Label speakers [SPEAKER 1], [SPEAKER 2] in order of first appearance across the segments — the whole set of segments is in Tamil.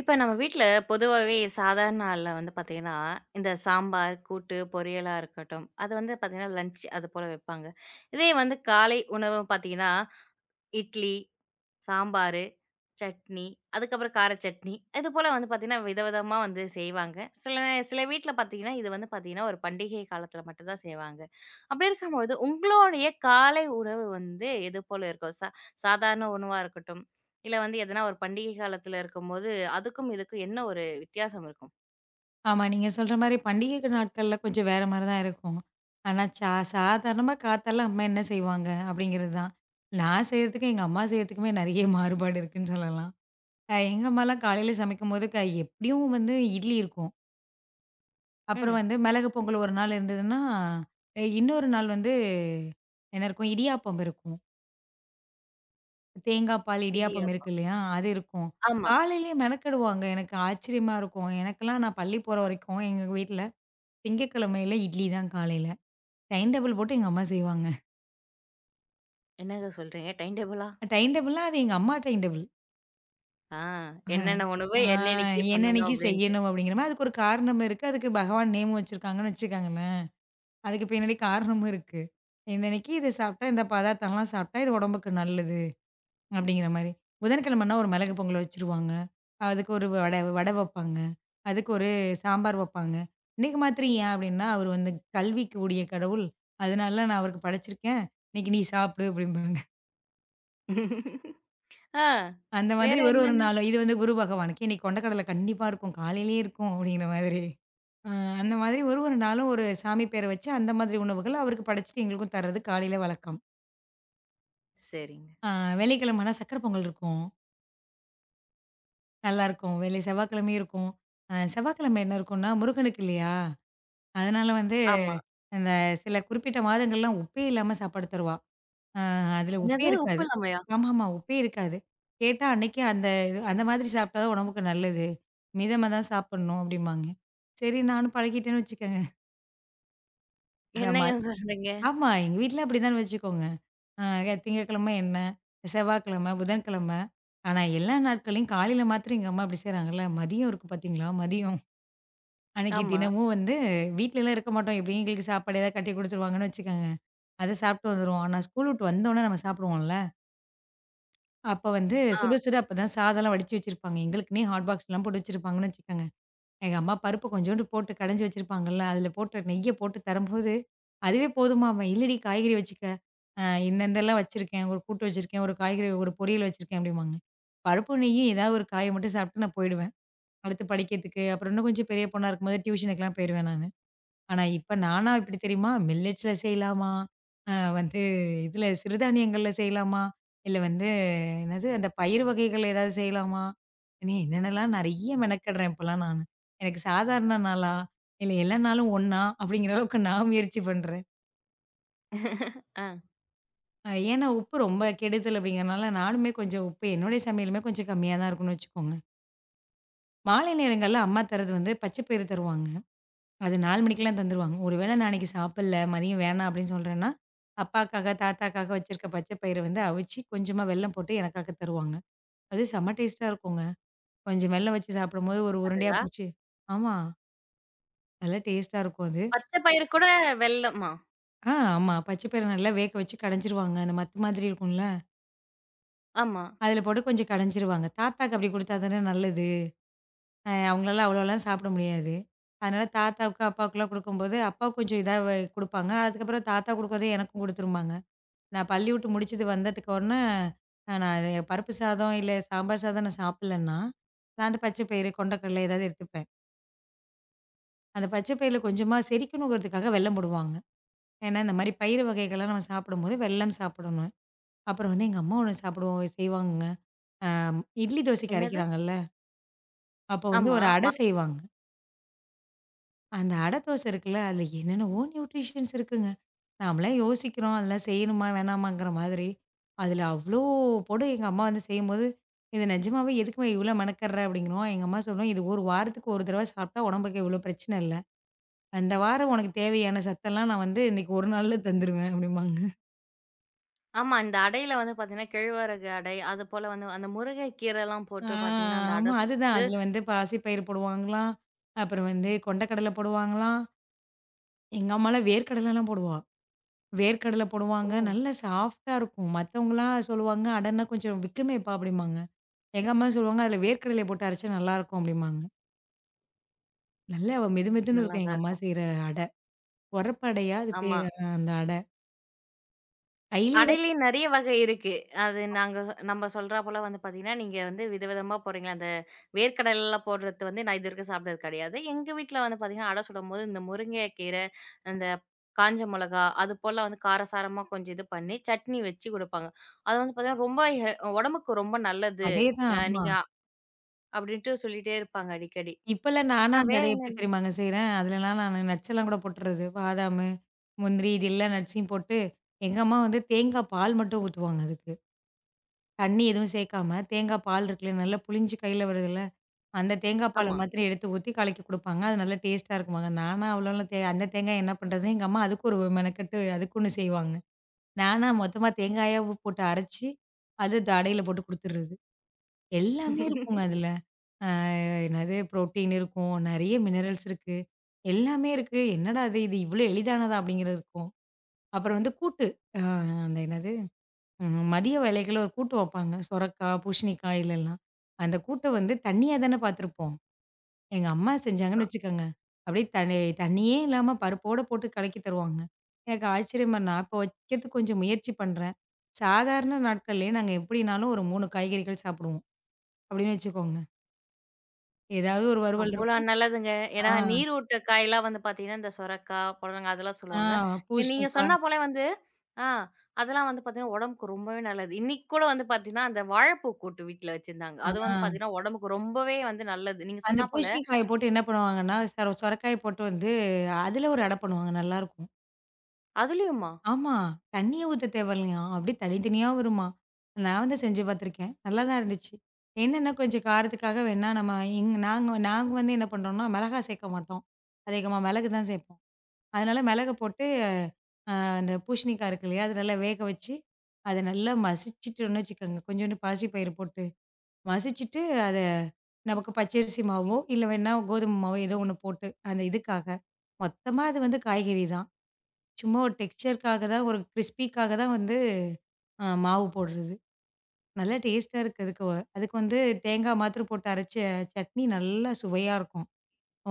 [SPEAKER 1] இப்ப நம்ம வீட்ல பொதுவாவே சாதாரண நாள்ல வந்து பாத்தீங்கன்னா, இந்த சாம்பார், கூட்டு, பொரியலா இருக்கட்டும், அது வந்து பாத்தீங்கன்னா லஞ்ச் அது போல வைப்பாங்க. இதே வந்து காலை உணவு பாத்தீங்கன்னா, இட்லி, சாம்பாரு, சட்னி, அதுக்கப்புறம் கார சட்னி. இது போல வந்து பார்த்தீங்கன்னா, விதவிதமா வந்து செய்வாங்க. சில வீட்ல பார்த்தீங்கன்னா, இது வந்து பார்த்தீங்கன்னா, ஒரு பண்டிகை காலத்தில மட்டும் தான் செய்வாங்க. அப்படி இருக்கும்போது, உங்களுடைய காலை உணவு வந்து எது போல இருக்கும்? சாதாரண உணவா இருக்கட்டும், இல்ல வந்து எதனா ஒரு பண்டிகை காலத்தில இருக்கும்போது, அதுக்கும் இதுக்கும் என்ன ஒரு வித்தியாசம் இருக்கும்?
[SPEAKER 2] ஆமா. நீங்க சொல்ற மாரி பண்டிகை நாட்கள்ல கொஞ்சம் வேற மாரி தான் இருக்கும். ஆனா, சாதாரணமா காத்தால அம்மா என்ன செய்வாங்க? அப்படிங்கிறது தான். நான் செய்றதுக்கும், எங்க அம்மா செய்றதுக்குமே நெறைய மாறுபாடு இருக்குன்னு சொல்லலாம். எங்க அம்மாலாம் காலையில சமைக்கும்போது எப்படியும் வந்து இட்லி இருக்கும். அப்புறம்
[SPEAKER 1] ம்.
[SPEAKER 2] வந்து மிளகு பொங்கல் ஒரு நாள் இருந்ததுன்னா, இன்னொரு நாள் வந்து என்ன இருக்கும்? இடியாப்பம் இருக்கும். தேங்காய் பால் இடியாப்பம் இருக்கு
[SPEAKER 1] இடியாப்பம்.
[SPEAKER 2] இல்லையா? அது இருக்கும்.
[SPEAKER 1] ஆமா.
[SPEAKER 2] காலையிலேயே மெனக்கெடுவாங்க. எனக்கு ஆச்சரியமா இருக்கும். எனக்கெல்லாம் நான் பள்ளி போற வரைக்கும் எங்க வீட்ல திங்கட்கிழமையில இட்லி தான் காலையில. டைம் டேபிள் போட்டு எங்க அம்மா செய்வாங்க.
[SPEAKER 1] என்னங்க சொல்றீங்க? டைம் டேபிளா?
[SPEAKER 2] டைம் டேபிள்னா அது எங்க அம்மா டைம் டேபிள்.
[SPEAKER 1] ஆ. என்னென்ன உணவு,
[SPEAKER 2] ஆ
[SPEAKER 1] என்னன்னைக்கு பண்ணணும்
[SPEAKER 2] என்னன்னைக்கு
[SPEAKER 1] அப்படின்ட்டு.
[SPEAKER 2] செய்யணும் அப்படிங்கிற மாரி அதுக்கு ஒரு காரணம் இருக்கு. அதுக்கு பகவான் நேமும் வச்சிருக்காங்கன்னு வச்சுக்கோங்களேன். அதுக்கு பின்னாடி காரணமும் இருக்கு. இன்னன்னைக்கு இத சாப்பிட்டா, இந்த பதார்த்தம்லாம் சாப்பிட்டா இது உடம்புக்கு நல்லது அப்படிங்கிற மாரி. புதன்கிழமைன்னா ஒரு மிளகு பொங்கல் வச்சுருவாங்க. அதுக்கு ஒரு வடை வடை வைப்பாங்க. அதுக்கு ஒரு சாம்பார் வைப்பாங்க. இன்னைக்கு மாத்திரம் ஏன் அப்படின்னா, அவர் வந்து கல்விக்கு உரிய கடவுள். அதனால நான் அவருக்கு படைச்சிருக்கேன். இன்னைக்கு நீ சாப்பிடு அப்படிம்பாங்க.
[SPEAKER 1] ஆ.
[SPEAKER 2] அந்த மாதிரி
[SPEAKER 1] வேற
[SPEAKER 2] ஒரு ஒரு
[SPEAKER 1] என்னென்ன?
[SPEAKER 2] நாளும் இது வந்து குரு பகவானுக்கு இன்னைக்கு கொண்டக்கடலை கண்டிப்பா இருக்கும். காலையிலேயே இருக்கும் அப்படிங்கிற மாதிரி. அ அந்த மாதிரி ஒரு ஒரு நாளும் ஒரு சாமி பேர வச்சு அந்த மாதிரி உணவுகள் அவருக்கு படைச்சுட்டு எங்களுக்கும் தர்றது காலையில வழக்கம்.
[SPEAKER 1] சரிங்க.
[SPEAKER 2] அ வெள்ளிக்கிழமை ஆனா சர்க்கரை பொங்கல் இருக்கும். நல்லாருக்கும். வெள்ளி செவ்வாய்க்கிழமையும் இருக்கும். செவ்வாய்க்கிழமை என்ன இருக்கும்னா முருகனுக்கு இல்லையா? அதனால வந்து
[SPEAKER 1] ஆமா.
[SPEAKER 2] அந்த சில குறிப்பிட்ட மாதங்கள்லாம் உப்பே இல்லாம சாப்பாடு தருவா. ஆ அதில உப்பே
[SPEAKER 1] என்னது? உப்பு
[SPEAKER 2] இருக்காது.
[SPEAKER 1] இல்லாமயா?
[SPEAKER 2] ஆமாமா. உப்பே இருக்காது. கேட்டா அன்னைக்கே அந்த இது அந்த மாதிரி சாப்பிட்டா தான் உடம்புக்கு நல்லது. மிதமா தான் சாப்பிடணும் அப்டிம்பாங்க. சரி நானும் பழகிட்டேன்னு வச்சுக்கோங்க. ஆமா,
[SPEAKER 1] என்னங்க சொல்றீங்க?
[SPEAKER 2] ஆமா. எங்க வீட்ல அப்டிதான் வச்சுக்கோங்க. ஆ திங்கட்கிழமை என்ன, செவ்வாய்க்கிழமை, புதன்கிழமை. ஆனா எல்லா நாட்களையும் காலையில மாத்திரம் எங்க அம்மா இப்டி செய்றாங்கல்ல, மதியம் இருக்கு பார்த்தீங்களா, மதியம். அன்னைக்கு
[SPEAKER 1] ஆமா.
[SPEAKER 2] தினமும் வந்து வீட்லலாம் இருக்க மாட்டோம். எப்படியும் எங்களுக்கு சாப்பாடு ஏதாவது கட்டி குடுத்துருவாங்கன்னு வச்சுக்கோங்க. அத சாப்பிட்டு வந்துருவோம். ஆனா ஸ்கூல் விட்டு வந்தோனே நம்ம சாப்பிடுவோம்ல. அப்ப வந்து
[SPEAKER 1] ஆ.
[SPEAKER 2] சுட சுட அப்பதான் சாதம்லாம் வடிச்சு வச்சிருப்பாங்க. எங்களுக்குன்னே ஹாட் பாக்ஸ்லாம் போட்டு வச்சிருப்பாங்கன்னு வச்சுக்கங்க. எங்க அம்மா பருப்பு கொஞ்சோண்டு போட்டு கடைஞ்சு வச்சிருப்பாங்கல்ல, அதில போட்டு நெய்ய போட்டு தரும்போது, அதுவே போதுமாம். இல்லடி காய்கறி வச்சுக்க. இந்த இதெல்லாம் வச்சிருக்கேன். ஒரு கூட்டு வச்சிருக்கேன், ஒரு காய்கறி, ஒரு பொரியல் வச்சிருக்கேன் அப்படிம்பாங்க. பருப்பு நெய்யும் ஏதாவது ஒரு காய மட்டும் சாப்பிட்டு நான் போயிடுவேன். அடுத்து படிக்கிறதுக்கு, அப்புறம் இன்னும் கொஞ்சம் பெரிய பொண்ணா இருக்கும்போது டியூஷனுக்குலாம் போயிருவேன் நானு. ஆனா, இப்ப நானா எப்படி தெரியுமா? மில்லட்ஸ்ல செய்யலாமா? அ வந்து இதுல சிறுதானியங்கள்ல செய்யலாமா? இல்ல வந்து என்னது அந்த பயிறு வகைகள் ஏதாவது செய்யலாமா? இனி என்னென்னலாம் நெறைய மெனக்கடுறேன் இப்பலாம் நானு. எனக்கு சாதாரண நாளா? இல்ல எல்லா நாளும் ஒண்ணா? அப்படிங்கிற அளவுக்கு நான் முயற்சி பண்றேன்.
[SPEAKER 1] ஆ.
[SPEAKER 2] ஏன்னா உப்பு ரொம்ப கெடுதல் அப்படிங்கிறனால நானுமே கொஞ்சம் உப்பு என்னுடைய சமையலுமே கொஞ்சம் கம்மியா தான் இருக்கும்னு வச்சுக்கோங்க. மாலை நேரங்கள்ல அம்மா தர்றது வந்து பச்சை பயிறு தருவாங்க. அது 4 மணிக்கெல்லாம் தந்துருவாங்க. ஒருவேள நான் அன்னைக்கு சாப்பிடல, மதியம் வேணாம் அப்படின்னு சொல்றேன்னா, அப்பாக்காக, தாத்தாக்காக வச்சிருக்க பச்சை பயிர வந்து அவிச்சு, கொஞ்சமா வெல்லம் போட்டு எனக்காக தருவாங்க. அது செம்ம டேஸ்ட்டா இருக்குங்க. கொஞ்சம் வெல்லம் வச்சு சாப்பிடும்போது ஒரு உருண்டையா
[SPEAKER 1] அதுதான்.
[SPEAKER 2] புடிச்சு ஆமா. நல்லா டேஸ்ட்டா இருக்கும் அது.
[SPEAKER 1] பச்சை பயிறு கூட வெல்லமா?
[SPEAKER 2] ஆமா. பச்சை பயிர நல்லா வேக வச்சு கடைஞ்சிருவாங்க. அந்த மத்து மாதிரி இருக்கும்ல,
[SPEAKER 1] ஆமா.
[SPEAKER 2] அதில போட்டு கொஞ்சம் கடைஞ்சிருவாங்க. தாத்தாக்கு அப்படி குடுத்தா தானே நல்லது. அவங்களால அவ்வளோலாம் சாப்பிட முடியாது. அதனால தாத்தாவுக்கு, அப்பாவுக்குலாம் குடுக்கும்போது, அப்பாவுக்கு கொஞ்சம் இதா குடுப்பாங்க. அதுக்கப்புறம் தாத்தா குடுக்கறத எனக்கும் குடுத்துருவாங்க. நான் பள்ளி விட்டு முடிச்சது வந்ததுக்கு உடனே, நான் அது பருப்பு சாதம், இல்ல சாம்பார் சாதம் நான் சாப்பிடலன்னா, நான் அந்த பச்சை பயிறு, கொண்டக்கடலை ஏதாவது எடுத்துப்பேன். அந்த பச்சை பயிறுல கொஞ்சமா செரிக்கணுங்கிறதுக்காக வெல்லம் போடுவாங்க. ஏன்னா, இந்த மாரி பயிறு வகைகள்லாம் நம்ம சாப்பிடும்போது வெல்லம் சாப்பிடணும். அப்புறம் வந்து எங்க அம்மா ஒண்ணு சாப்பிடுவோம் செய்வாங்கங்க. அ இட்லி, தோசைக்கு
[SPEAKER 1] என்னது?
[SPEAKER 2] அரைக்கிறாங்கல்ல, அப்போ வந்து
[SPEAKER 1] ஆமா.
[SPEAKER 2] ஒரு அடை செய்வாங்க. அந்த அடை தோசை இருக்குல்ல, அதுல என்னென்னவோ நியூட்ரிஷன்ஸ் இருக்குங்க. நாமலாம் யோசிக்கிறோம், அதெல்லாம் செய்யணுமா? வேணாமாங்கிற மாதிரி. அதில அவ்ளோ போடு எங்க அம்மா வந்து செய்யும்போது, "இது நிஜமாவே எதுக்குமா இவ்ளோ மெனக்கட்ற?" அப்படிங்கிறோம். எங்க அம்மா சொல்லும், "இது ஒரு வாரத்துக்கு ஒரு தடவ சாப்பிட்டா உடம்புக்கு இவ்ளோ பிரச்சனை இல்ல. அந்த வாரம் உனக்கு தேவையான சத்தெல்லாம் நான் வந்து இன்னைக்கு ஒரு நாள்ல தந்துருவேன்" அப்படிம்பாங்க.
[SPEAKER 1] ஆமா. இந்த அடையில வந்து பார்த்தீங்கன்னா, கேழ்வரகு அடை, அதுபோல வந்து அந்த முருங்கை கீரைலாம்
[SPEAKER 2] ஆ
[SPEAKER 1] போட்டு பார்த்தீங்கன்னா, அந்த
[SPEAKER 2] ஆமா.
[SPEAKER 1] அடை
[SPEAKER 2] அதுதான்.
[SPEAKER 1] சுட்டு
[SPEAKER 2] அதில வந்து பாசிப்பயிறு போடுவாங்களாம். அப்புறம் வந்து கொண்டக்கடலை போடுவாங்களாம். எங்க அம்மாலாம் வேர்க்கடலைலாம் போடுவா. வேர்க்கடலை
[SPEAKER 1] ஓ!
[SPEAKER 2] போடுவாங்க. நல்லா சாஃப்ட்டா இருக்கும். மத்தவங்கலாம் சொல்லுவாங்க, "அடன்னா கொஞ்சம் விக்குமேப்பா" அப்படிம்பாங்க. எங்க அம்மா சொல்லுவாங்க, "அதில வேர்க்கடலைய போட்டு அரைச்சா நல்லாயிருக்கும்" அப்படிம்பாங்க. நல்லா மெது மெதுன்னு
[SPEAKER 1] நல்லா
[SPEAKER 2] இருக்கும் எங்க
[SPEAKER 1] தான்
[SPEAKER 2] அம்மா
[SPEAKER 1] இருக்கும்.
[SPEAKER 2] செய்ற அடை. உரப்பு அடையா அது
[SPEAKER 1] ஆமா.
[SPEAKER 2] பேர் அந்த அடை. கையிலேயே தான்
[SPEAKER 1] அடையிலயே நெறைய வகை இருக்கு. அது நம்ம சொல்றா போல வந்து பார்த்தீங்கன்னா, நீங்க வந்து விதவிதமா போடுறீங்க. அந்த வேர்க்கடலைலாம் போடுறது வந்து நான் இதுவரைக்கும் சாப்பிட்டது கிடையாது. எங்க வீட்ல வந்து பார்த்தீங்கன்னா, அடை சுடும்போது இந்த முருங்கைக்கீரை, அந்த காஞ்ச மிளகா அது போல வந்து காரசாரமா கொஞ்சம் இது பண்ணி சட்னி வச்சு குடுப்பாங்க. அது வந்து பார்த்தீங்கன்னா, ரொம்ப உடம்புக்கு ரொம்ப நல்லது.
[SPEAKER 2] அதேதான்
[SPEAKER 1] அ
[SPEAKER 2] ஆமா.
[SPEAKER 1] நீங்க அ- அப்படின்ட்டு சொல்லிட்டே இருப்பாங்க அடிக்கடி.
[SPEAKER 2] இப்பலாம் நானா
[SPEAKER 1] ஆ
[SPEAKER 2] அந்த
[SPEAKER 1] வேற
[SPEAKER 2] அடைய எப்படி
[SPEAKER 1] என்ன
[SPEAKER 2] தெரியுமாங்க செய்றேன்? அதுலலாம் நானு நட்ஸ் எல்லாம் கூட போட்டுறது. பாதாமு, முந்திரி இது எல்லா நட்ஸையும் போட்டு, எங்க அம்மா வந்து தேங்காய் பால் மட்டும் ஊத்துவாங்க அதுக்கு. தண்ணி எதுவும் சேர்க்காம தேங்காய் பால் இருக்குல்ல, நல்லா புளிஞ்சு கையில வருதுல்ல, அந்த தேங்காய் பால
[SPEAKER 1] ஆமா.
[SPEAKER 2] மாத்திரம் எடுத்து ஊத்தி கலக்கி குடுப்பாங்க. அது நல்லா டேஸ்ட்டா இருக்குமாங்க. நானா அவ்வளோலாம் அந்த தேங்காய் என்ன பண்றதுன்னு எங்க அம்மா அதுக்கு ஒரு மெனக்கெட்டு அதுக்கு ஒண்ணு செய்வாங்க. நானா மொத்தமா தேங்காயா போட்டு அரைச்சு, அது அடையில போட்டு குடுத்துர்றது. எல்லாமே இருக்குங்க அதுல. அ என்னது புரோட்டீன் இருக்கும், நெறைய மினரல்ஸ் இருக்கு. எல்லாமே இருக்கு. என்னடா இது! இது இவ்ளோ எளிதானதா? அப்படிங்கிறது இருக்கும். அப்புறம் வந்து கூட்டு. அ அந்த என்னது மதிய வேலைகள்ல ஒரு கூட்டு வப்பாங்க. சொரக்காய், பூசணிக்காய் இதுலலாம். அந்த கூட்ட வந்து தண்ணியா தானே பார்த்துருப்போம். எங்க அம்மா செஞ்சாங்கன்னு வச்சுக்கோங்க. அப்படியே தண்ணியே இல்லாம பருப்போட போட்டு கலக்கி தருவாங்க. எனக்கு ஆச்சரியமா நான் இப்போ வைக்கிறதுக்கு கொஞ்சம் முயற்சி பண்றேன். சாதாரண நாட்கள்லயே நாங்க எப்படினாலும் ஒரு 3 காய்கறிகள் சாப்பிடுவோம். அப்படின்னு வச்சுக்கோங்க. ஏதாவது ஒரு வறுவல்
[SPEAKER 1] அவ்வளோ
[SPEAKER 2] இருக்கும்.
[SPEAKER 1] நல்லதுங்க. ஏன்னா
[SPEAKER 2] ஆ,
[SPEAKER 1] நீரூட்ட காயெல்லாம் வந்து பார்த்தீங்கன்னா, இந்த சொரக்காய், புடலங்காய் அதெல்லாம்
[SPEAKER 2] ஆ
[SPEAKER 1] சொல்லுவாங்க. நீங்க
[SPEAKER 2] பூசணிக்கா.
[SPEAKER 1] சொன்னா போல வந்து ஆ. அதெல்லாம் வந்து பார்த்தீங்கன்னா, உடம்புக்கு ரொம்பவே நல்லது. இன்னைக்கு கூட வந்து பார்த்தீங்கன்னா, அந்த வாழைப்பூ கூட்டு வீட்ல வச்சிருந்தாங்க.
[SPEAKER 2] ஆ
[SPEAKER 1] அது வந்து பார்த்தீங்கன்னா, உடம்புக்கு ரொம்பவே வந்து நல்லது. நீங்க
[SPEAKER 2] அந்த
[SPEAKER 1] சொன்னா போல
[SPEAKER 2] பூசணிக்காய போட்டு என்ன பண்ணுவாங்கன்னா, சொரைக்காய போட்டு வந்து அதில ஒரு அடை பண்ணுவாங்க. நல்லாருக்கும்.
[SPEAKER 1] அதுலயுமா?
[SPEAKER 2] ஆமா. தண்ணியே ஊத்த தேவையில்லையாம். அப்படியே தனித்தனியா வருமாம். நான் வந்து செஞ்சு பார்த்துருக்கேன். நல்லா தான் இருந்துச்சு. என்னன்னா கொஞ்சம் காரத்துக்காக வேணா நம்ம நாங்க நாங்க வந்து என்ன பண்றோம்னா, மிளகா சேர்க்க மாட்டோம். அதிகமா மிளகு தான் சேர்ப்போம். அதனால மிளக போட்டு அந்த பூசணிக்காய் இருக்கு இல்லையா? அத நல்லா வேக வச்சு, அத நல்லா மசிச்சுட்டோம்னு வச்சுக்கோங்க. கொஞ்சோண்டு பாசிப்பயிறு போட்டு மசிச்சுட்டு, அத நமக்கு பச்சரிசி மாவோ, இல்ல வேணா கோதுமை மாவோ ஏதோ ஒண்ணு போட்டு, அந்த இதுக்காக. மொத்தமா அது வந்து காய்கறி தான். சும்மா ஒரு டெக்ஸ்சர்க்காக தான், ஒரு கிரிஸ்பிக்காக தான் வந்து மாவு போடுறது. நல்லா டேஸ்ட்டா இருக்கு. அதுக்கு அதுக்கு வந்து தேங்காய் மாத்திரம் போட்டு அரைச்ச சட்னி நல்லா சுவையா இருக்கும்.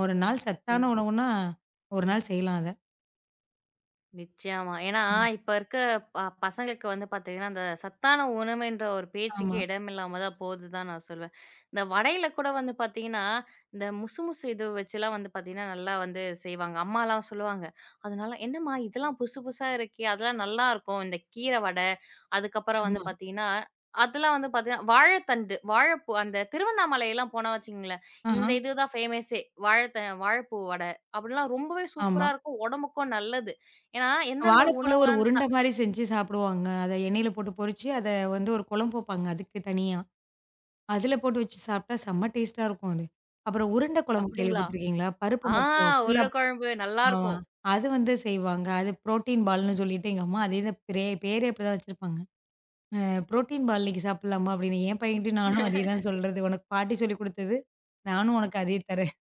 [SPEAKER 2] ஒரு நாள் சத்தான உணவுன்னா, ஒரு நாள் செய்யலாம் அத.
[SPEAKER 1] நிச்சயமா. ஏன்னா,
[SPEAKER 2] ம்.
[SPEAKER 1] இப்ப இருக்க பசங்களுக்கு வந்து பாத்தீங்கன்னா, அந்த சத்தான உணவுன்ற ஒரு
[SPEAKER 2] ஆமா,
[SPEAKER 1] பேச்சுக்கே இடமில்லாம தான் போகுதுன்னு தான் போகுதுதான் நான் சொல்வேன். இந்த வடையில கூட வந்து பாத்தீங்கன்னா, இந்த முசு முசு இது வச்சுலாம் வந்து பாத்தீங்கன்னா, நல்லா வந்து செய்வாங்க. அம்மாலாம் சொல்லுவாங்க. அதனால, "என்னம்மா இதெல்லாம் புதுசு புதுசா இருக்கே! அதெல்லாம் நல்லாருக்கும். இந்த கீர வடை, அதுக்கப்புறம் வந்து
[SPEAKER 2] ஆமா.
[SPEAKER 1] பாத்தீங்கன்னா" அதெல்லாம் வந்து பாத்தீங்கன்னா, வாழைத்தண்டு, வாழைப்பூ அந்த திருவண்ணாமலைலாம் போனா வச்சுக்கங்களேன்,
[SPEAKER 2] ஆஹா,
[SPEAKER 1] இந்த இது தான் ஃபேமஸே. வாழைப்பூ வடை. அப்படிலாம் ரொம்பவே
[SPEAKER 2] ஆமா.
[SPEAKER 1] சூப்பரா இருக்கும். உடம்புக்கும் நல்லது. ஏன்னா, எந்தெந்த
[SPEAKER 2] வாழைப்பூல ஒரு
[SPEAKER 1] உணவுலாம் அந்த
[SPEAKER 2] உருண்டை மாரி செஞ்சு சாப்பிடுவாங்க. அத எண்ணெயில போட்டு பொரிச்சு, அத வந்து ஒரு குழம்பு வைப்பாங்க அதுக்கு தனியா. அதுல போட்டு வச்சு சாப்பிட்டா செம்ம டேஸ்ட்டா இருக்கும் அது. அப்புறம் உருண்டை குழம்பு
[SPEAKER 1] அப்படிங்களா?
[SPEAKER 2] கேள்விப்பட்டிருக்கீங்களா? பருப்பு
[SPEAKER 1] ஆ
[SPEAKER 2] மட்டும் ஃபுல்லா
[SPEAKER 1] உருளைக்குழம்பு
[SPEAKER 2] ஆமா.
[SPEAKER 1] நல்லாருக்கும்.
[SPEAKER 2] அது வந்து செய்வாங்க. அது புரோட்டீன் பால்ன்னு சொல்லிட்டு எங்க அம்மா அதே தான் பேரே அப்படிதான் வச்சிருப்பாங்க. புரோட்டீன் பால் இன்னைக்கு சாப்பிடலாமா அப்படின்னு என் பையன்கிட்டயும் நானும் அதே தான் சொல்றது. உனக்கு பாட்டி சொல்லிக் குடுத்தது, நானும் உனக்கு அதே தரேன்.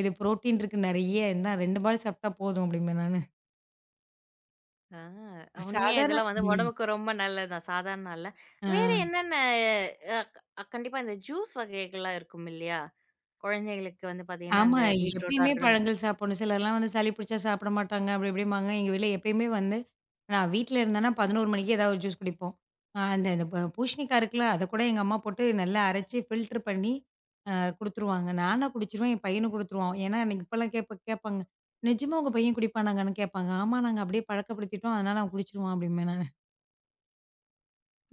[SPEAKER 2] இது புரோட்டீன் இருக்கு நெறைய. இந்தா 2 பால் சாப்பிட்டா போதும் அப்படிம்பேன் நானு.
[SPEAKER 1] ஆ உண்மையா
[SPEAKER 2] சாதாரண
[SPEAKER 1] இதெல்லாம் வந்து
[SPEAKER 2] ம்.
[SPEAKER 1] உடம்புக்கு ரொம்ப நல்லது தான் சாதாரண நாள்ல. வேற என்னென்ன அ க கண்டிப்பா இந்த ஜூஸ் வகைகள்லாம் இருக்கும் இல்லையா? குழந்தைகளுக்கு வந்து பார்த்தீங்கன்னா,
[SPEAKER 2] ஆமா.
[SPEAKER 1] இந்த பீட்ரூட்டா
[SPEAKER 2] எப்பயுமே
[SPEAKER 1] இருக்கட்டும்,
[SPEAKER 2] பழங்கள் சாப்பிடணும். சிலர்லாம் வந்து சளி பிடிச்சா சாப்பிட மாட்டாங்க. அப்படி இப்படிம்பாங்க. எங்க வீட்ல எப்பயுமே வந்து நான் வீட்ல இருந்தேன்னா 11 மணிக்கு ஏதாவது ஒரு ஜூஸ் குடிப்போம். அந்த இந்த பூசணிக்காய் இருக்குல்ல, அத கூட எங்க அம்மா போட்டு நல்லா அரைச்சு ஃபில்டர் பண்ணி அ குடுத்துருவாங்க. நானா குடிச்சுருவேன், என் பையனும் குடுத்துருவான். ஏன்னா எனக்கு இப்பலாம் கேட்பாங்க. "நிஜமா உங்க பையன் குடிப்பானாங்கன்னு?" கேட்பாங்க. "ஆமா. நாங்க அப்படியே பழக்கப்படுத்திட்டோம். அதனால அவன் குடிச்சுருவான்" அப்படிம்பேன் நானு.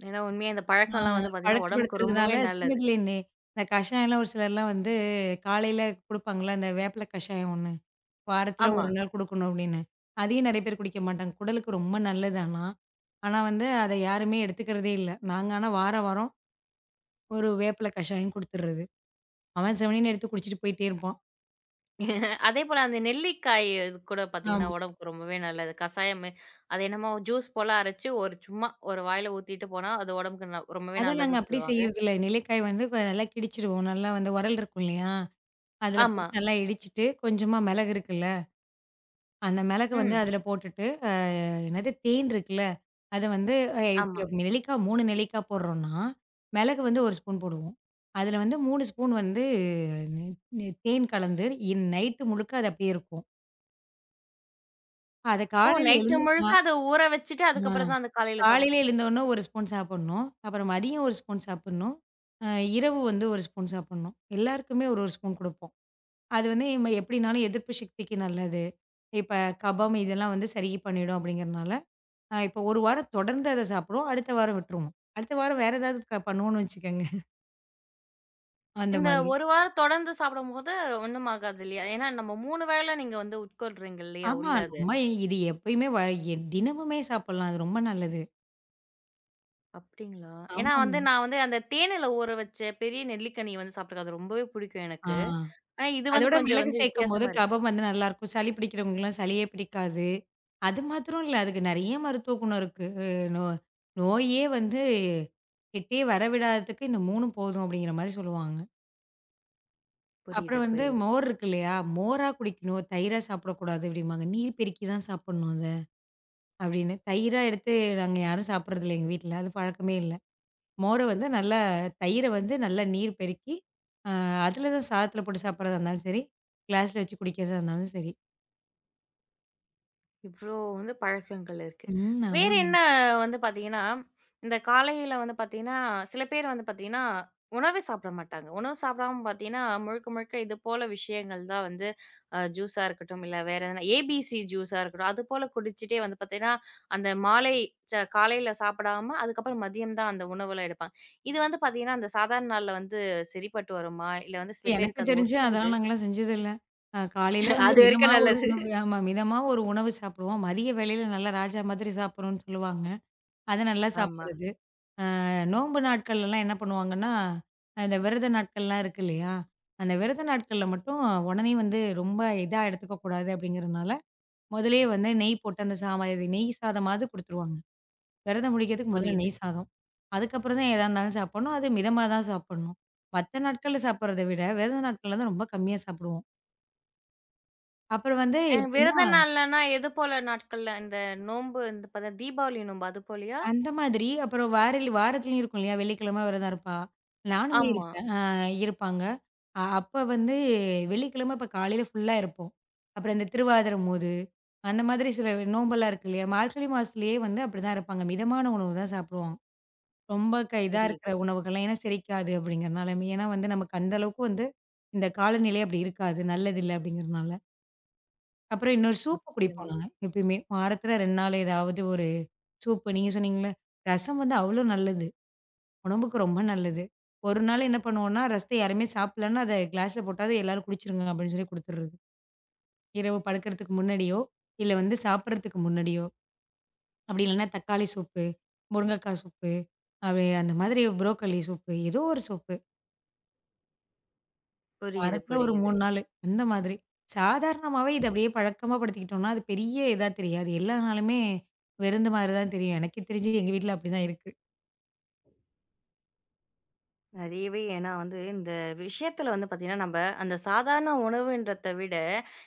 [SPEAKER 1] ஏன்னா உண்மையா இந்த
[SPEAKER 2] ஆ
[SPEAKER 1] பழக்கம்லாம் வந்து பார்த்தீங்கன்னா, உடம்புக்கு
[SPEAKER 2] பழக்கப்படுத்துறதுனால
[SPEAKER 1] ரொம்பவே நல்லது.
[SPEAKER 2] சின்னதுலேருந்தே. இந்த கஷாயம்லாம் ஒரு சிலர்லாம் வந்து காலையில குடுப்பாங்கல்ல, அந்த வேப்பில கஷாயம் ஒண்ணு. வாரத்துல
[SPEAKER 1] ஆமா.
[SPEAKER 2] 1 நாள் குடுக்கணும் அப்படின்னு. அதையும் நெறைய பேர் குடிக்க மாட்டாங்க. குடலுக்கு ரொம்ப நல்லது ஆனா. ஆனா வந்து அத யாருமே எடுத்துக்கிறதே இல்ல. நாங்க ஆனா வாரம், வாரம் ஒரு வேப்பில கஷாயம் குடுத்துடுறது. அவன் செவனேன்னு எடுத்து குடிச்சிட்டு போயிட்டே இருப்பான்.
[SPEAKER 1] அதேபோல அந்த நெல்லிக்காய் இது கூட பார்த்தீங்கன்னா,
[SPEAKER 2] ஆமா.
[SPEAKER 1] உடம்புக்கு ரொம்பவே நல்லது. கசாயம் அது என்னமோ ஜூஸ் போல அரைச்சு ஒரு சும்மா ஒரு வாயில ஊத்திட்டு போனா, அது உடம்புக்கு ரொம்பவே
[SPEAKER 2] அத நாங்க
[SPEAKER 1] நல்லது
[SPEAKER 2] அப்படி
[SPEAKER 1] சொல்லுவாங்க.
[SPEAKER 2] செய்யறதில்ல. நெல்லிக்காய் வந்து நல்லா கிடிச்சிருவோம். நல்லா வந்து உரல் இருக்கும் இல்லையா? அதுல
[SPEAKER 1] ஆமா.
[SPEAKER 2] போட்டு நல்லா இடிச்சிட்டு, கொஞ்சமா மிளகு இருக்குல்ல அந்த மிளகு வந்து
[SPEAKER 1] ம்.
[SPEAKER 2] அதில போட்டுட்டு, என்னது தேன் இருக்குல்ல, அத வந்து
[SPEAKER 1] ஆமா.
[SPEAKER 2] இப்ப நெல்லிக்காய் 3 நெல்லிக்காய் போடுறோம்ன்னா, மிளகு வந்து 1 ஸ்பூன் போடுவோம். அதில வந்து 3 ஸ்பூன் வந்து நெ நெ தேன் கலந்து நைட்டு முழுக்க அது அப்படியே இருக்கும். அத
[SPEAKER 1] ஓ!
[SPEAKER 2] காலையில
[SPEAKER 1] நைட்டு
[SPEAKER 2] எழுந்து
[SPEAKER 1] முழுக்க
[SPEAKER 2] அ
[SPEAKER 1] அத ஊற வச்சுட்டு,
[SPEAKER 2] அ
[SPEAKER 1] அதுக்கப்புறம் தான் அந்த காலையில
[SPEAKER 2] காலையில
[SPEAKER 1] சாப்பிடணும்.
[SPEAKER 2] எழுந்தோனே 1 ஸ்பூன் சாப்பிடணும். அப்புறம் மதியம் 1 ஸ்பூன் சாப்பிடணும். அ இரவு வந்து 1 ஸ்பூன் சாப்பிடணும். எல்லாருக்குமே ஒரு, ஒரு ஸ்பூன் குடுப்போம். அது வந்து எப்படினாலும் எதிர்ப்பு சக்திக்கு நல்லது. இப்ப கபம் இதெல்லாம் வந்து சரி பண்ணிடும் அப்படிங்கிறனால இப்போ 1 வாரம் தொடர்ந்து அத சாப்பிடுவோம். அடுத்த வாரம் விட்டுருவோம். அடுத்த வாரம் வேற ஏதாவது பண்ணுவோம்னு வச்சுக்கோங்க. அந்த
[SPEAKER 1] இந்த
[SPEAKER 2] மாதிரி.
[SPEAKER 1] 1 வாரம் தொடர்ந்து சாப்பிடும்போது ஒண்ணும் ஆகாது இல்லையா? ஏன்னா நம்ம 3 வேள நீங்க வந்து உட்கொள்றீங்க இல்லையா
[SPEAKER 2] ஆமா.
[SPEAKER 1] உள்ள அது?
[SPEAKER 2] நம்ம இது எப்பயுமே தினமுமே சாப்பிடலாம். அது ரொம்ப நல்லது.
[SPEAKER 1] அப்படிங்களா? ஏன்னா வந்து
[SPEAKER 2] ஆமாமா.
[SPEAKER 1] நான் வந்து அந்த தேனில ஊற வச்ச பெரிய நெல்லிக்கனி வந்து சாப்பிட்டுருக்கேன். அது ரொம்பவே பிடிக்கும்
[SPEAKER 2] ஆ.
[SPEAKER 1] எனக்கு. ஆனா இது வந்து
[SPEAKER 2] அதோட
[SPEAKER 1] கொஞ்சம்
[SPEAKER 2] மிளகு
[SPEAKER 1] வந்து
[SPEAKER 2] சேர்க்கும்போது
[SPEAKER 1] வித்தியாசமா இருக்கு.
[SPEAKER 2] கபம் வந்து நல்லாயிருக்கும். சளி பிடிக்கிறவங்களுக்குலாம் சளியே பிடிக்காது. அது மாத்திரம் இல்ல. அதுக்கு நெறைய மருத்துவ குணம் இருக்கு. நோ நோயே வந்து கிட்டயே வர விடாததுக்கு இந்த 3ம் போதும் அப்படிங்கிற மாரி சொல்லுவாங்க.
[SPEAKER 1] புரியுது,
[SPEAKER 2] அப்புறம் வந்து
[SPEAKER 1] புரியுது.
[SPEAKER 2] மோர் இருக்கு இல்லையா? மோரா குடிக்கணும். தயிரா சாப்பிடக்கூடாது அப்படிம்பாங்க. நீர் பெருக்கி தான் சாப்பிடணும் அது. அப்படின்னு. தயிரா எடுத்து நாங்க யாரும் சாப்பிடுறதில்ல எங்க வீட்ல. அது பழக்கமே இல்ல. மோர வந்து நல்லா தயிர வந்து நல்லா நீர் பெருக்கி, அ அதில தான் சாதத்தில போட்டு சாப்பிடுறதா இருந்தாலும் சரி, கிளாஸ்ல வச்சு குடிக்கிறதா இருந்தாலும் சரி.
[SPEAKER 1] இவ்ளோ வந்து பழக்கங்கள் இருக்கு.
[SPEAKER 2] ம்.
[SPEAKER 1] வேற
[SPEAKER 2] ஆமாமா.
[SPEAKER 1] என்ன வந்து பார்த்தீங்கன்னா, இந்த காலையில வந்து பார்த்தீங்கன்னா, சில பேர் வந்து பார்த்தீங்கன்னா, உணவே சாப்பிட மாட்டாங்க. உணவு சாப்பிடாம பார்த்தீங்கன்னா, முழுக்க முழுக்க இது போல விஷயங்கள் தான் வந்து ஜூஸா இருக்கட்டும், இல்ல வேற எதனா ஏபிசி ஜூஸா இருக்கட்டும், அது போல குடிச்சிட்டே வந்து பார்த்தீங்கன்னா, அந்த மாலை காலையில சாப்பிடாம, அதுக்கப்புறம் மதியம் தான் அந்த உணவுலாம் எடுப்பாங்க. இது வந்து பார்த்தீங்கன்னா, அந்த சாதாரண நாள்ல வந்து சரிப்பட்டு வருமா? இல்ல வந்து சில
[SPEAKER 2] எனக்கு
[SPEAKER 1] பேருக்கு அது
[SPEAKER 2] தெரிஞ்சு அதெல்லாம்
[SPEAKER 1] ஒத்துக்குது.
[SPEAKER 2] நாங்கலாம் செஞ்சதில்ல. காலையில வந்து
[SPEAKER 1] அது
[SPEAKER 2] மிதமா
[SPEAKER 1] வரைக்கும்
[SPEAKER 2] ஒரு
[SPEAKER 1] நல்லது.
[SPEAKER 2] உணவு ஆமா. மிதமா ஒரு உணவு சாப்பிடுவோம். மதிய வேளையில நல்லா ராஜா மாதிரி சாப்பிடணும்னு சொல்லுவாங்க. அத நல்லா
[SPEAKER 1] ஆமா,
[SPEAKER 2] சாப்பிடுறது. நோன்பு நாட்கள்லலாம் என்ன பண்ணுவாங்கன்னா, இந்த விரத நாட்கள்லாம் இருக்கு இல்லையா? அந்த விரத நாட்கள்ல மட்டும் உடனே வந்து ரொம்ப இதா எடுத்துக்கக்கூடாது அப்படிங்கிறனால, முதலயே வந்து நெய் போட்டு அந்த சாமா இது நெய் சாதமாவது குடுத்துருவாங்க. விரதம் முடிக்கிறதுக்கு முதல்ல
[SPEAKER 1] புரியுது.
[SPEAKER 2] நெய் சாதம். அதுக்கப்புறம் தான் எதா இருந்தாலும் சாப்பிடணும். அது மிதமா தான் சாப்பிடணும். மத்த நாட்கள்ல சாப்பிடுறத விட, விரத நாட்கள்ல தான் ரொம்ப கம்மியா சாப்பிடுவோம். அப்புறம் வந்து எப்படின்னா
[SPEAKER 1] விரத நாள்லன்னா எது போல நாட்கள்ல? இந்த நோன்பு இந்த தீபாவளி நோன்பு அது போலயா?
[SPEAKER 2] அந்த மாதிரி. அப்புறம் வாரத்திலயும் இருக்கும் இல்லையா? வெள்ளிக்கிழமை விரதம் இருப்பா. நானுமே
[SPEAKER 1] ஆமா.
[SPEAKER 2] இருப்பேன். இருப்பாங்க. அப்ப வந்து வெள்ளிக்கிழமை அப்ப காலையில ஃபுல்லா இருப்போம். அப்புறம் இந்த திருவாதிரம்போது, அந்த மாதிரி சில நோம்பெல்லாம் இருக்கு இல்லையா? மார்கழி மாசத்துலயே வந்து அப்படிதான் இருப்பாங்க. மிதமான உணவு தான் சாப்பிடுவாங்க. ரொம்ப இதா
[SPEAKER 1] புரியுது.
[SPEAKER 2] இருக்கிற உணவுகள்லாம் ஏன்னா செரிக்காது அப்படிங்கிறனால. ஏன்னா வந்து நமக்கு அந்த அளவுக்கு வந்து இந்த காலநிலை அப்படி இருக்காது. நல்லதில்ல அப்படிங்கிறனால. அப்புறம் இன்னொரு சூப்பு குடிப்போம்
[SPEAKER 1] நிச்சயமா.
[SPEAKER 2] நாங்க எப்பயுமே. வாரத்துல 2 நாள் ஏதாவது ஒரு சூப்பு நீங்க சொன்னீங்கல்ல, ரசம் வந்து அவ்ளோ நல்லது. உடம்புக்கு ரொம்ப நல்லது. ஒரு நாள் என்ன பண்ணுவோம்னா, ரசத்த யாருமே சாப்பிடலன்னா, அத கிளாஸ்ல போட்டாவது எல்லாரும் குடிச்சிருங்க அப்படின்னு சொல்லி குடுத்துர்றது. இரவு படுக்கறதுக்கு முன்னாடியோ, இல்ல வந்து சாப்பிடறதுக்கு முன்னாடியோ. அப்படி இல்லன்னா தக்காளி சூப்பு, முருங்கக்காய் சூப்பு, அப்படி அந்த மாதிரி புரோக்கோலி சூப்பு, ஏதோ ஒரு சூப்பு.
[SPEAKER 1] புரியுது,
[SPEAKER 2] வாரத்துல ஒரு
[SPEAKER 1] புரியுது.
[SPEAKER 2] 3 நாளு அந்த மாதிரி. சாதாரணமாவே இத அப்படியே பழக்கமா படுத்திக்கிட்டோம்னா, அது பெரிய இதா தெரியாது. எல்லா நாளுமே விருந்து மாரி தான் தெரியும். எனக்கே தெரிஞ்சு எங்க வீட்ல அப்படிதான் இருக்கு.
[SPEAKER 1] நிறையவே ஏன்னா வந்து இந்த விஷயத்துல வந்து பார்த்தீங்கன்னா, நம்ப அந்த சாதாரண உணவுன்றத விட,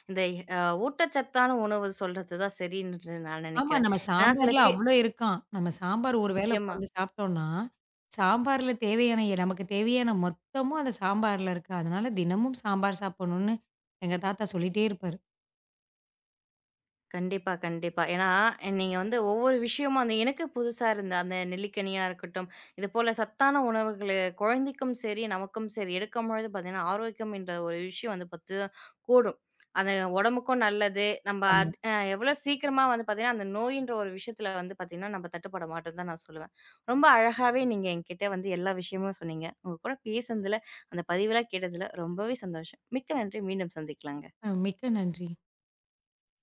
[SPEAKER 1] இந்த அ ஊட்டச்சத்தான உணவு சொல்றது தான் சரின்னு நான்
[SPEAKER 2] ஆமா.
[SPEAKER 1] நினைக்கிறேன்.
[SPEAKER 2] நம்ம
[SPEAKER 1] ஏன்னா சில
[SPEAKER 2] சாம்பார்ல
[SPEAKER 1] பேர்
[SPEAKER 2] அவ்ளோ இருக்காம். நம்ம சாம்பார் ஒரு வேளை
[SPEAKER 1] நிச்சயமா.
[SPEAKER 2] உட்காந்து சாப்பிட்டோம்னா, சாம்பார்ல தேவையான நமக்கு தேவையான மொத்தமும் அந்த சாம்பார்ல இருக்கு. அதனால தினமும் சாம்பார் சாப்பிடணும்னு எங்க தாத்தா சொல்லிட்டே இருப்பாரு.
[SPEAKER 1] கண்டிப்பா, கண்டிப்பா. ஏன்னா, நீங்க வந்து ஒவ்வொரு விஷயமும் அந்த எனக்கு புதுசா இருந்த அந்த நெல்லிக்கனியா இருக்கட்டும், இதுபோல சத்தான உணவுகளு குழந்தைக்கும் சரி, நமக்கும் சரி எடுக்கும்பொழுது பார்த்தீங்கன்னா, ஆரோக்கியம் என்ற ஒரு விஷயம் வந்து பத்து கூடும். அது உடம்புக்கும் நல்லது. நம்ம
[SPEAKER 2] ஆமா.
[SPEAKER 1] அது எவ்வளோ சீக்கிரமா வந்து பார்த்தீங்கன்னா, அந்த நோயின்ற ஒரு விஷயத்தில வந்து பார்த்தீங்கன்னா, நம்ம தட்டுப்பட மாட்டோம்ன்னு தான் நான் சொல்லுவேன். ரொம்ப அழகாவே நீங்க என்கிட்ட வந்து எல்லா விஷயமும் சொன்னீங்க. உங்க கூட பேசுனதுல, அந்த பதிவெல்லாம் கேட்டதுல ரொம்பவே சந்தோஷம். மிக்க நன்றி. மீண்டும் சந்திக்கலாங்க.
[SPEAKER 2] மிக்க நன்றி.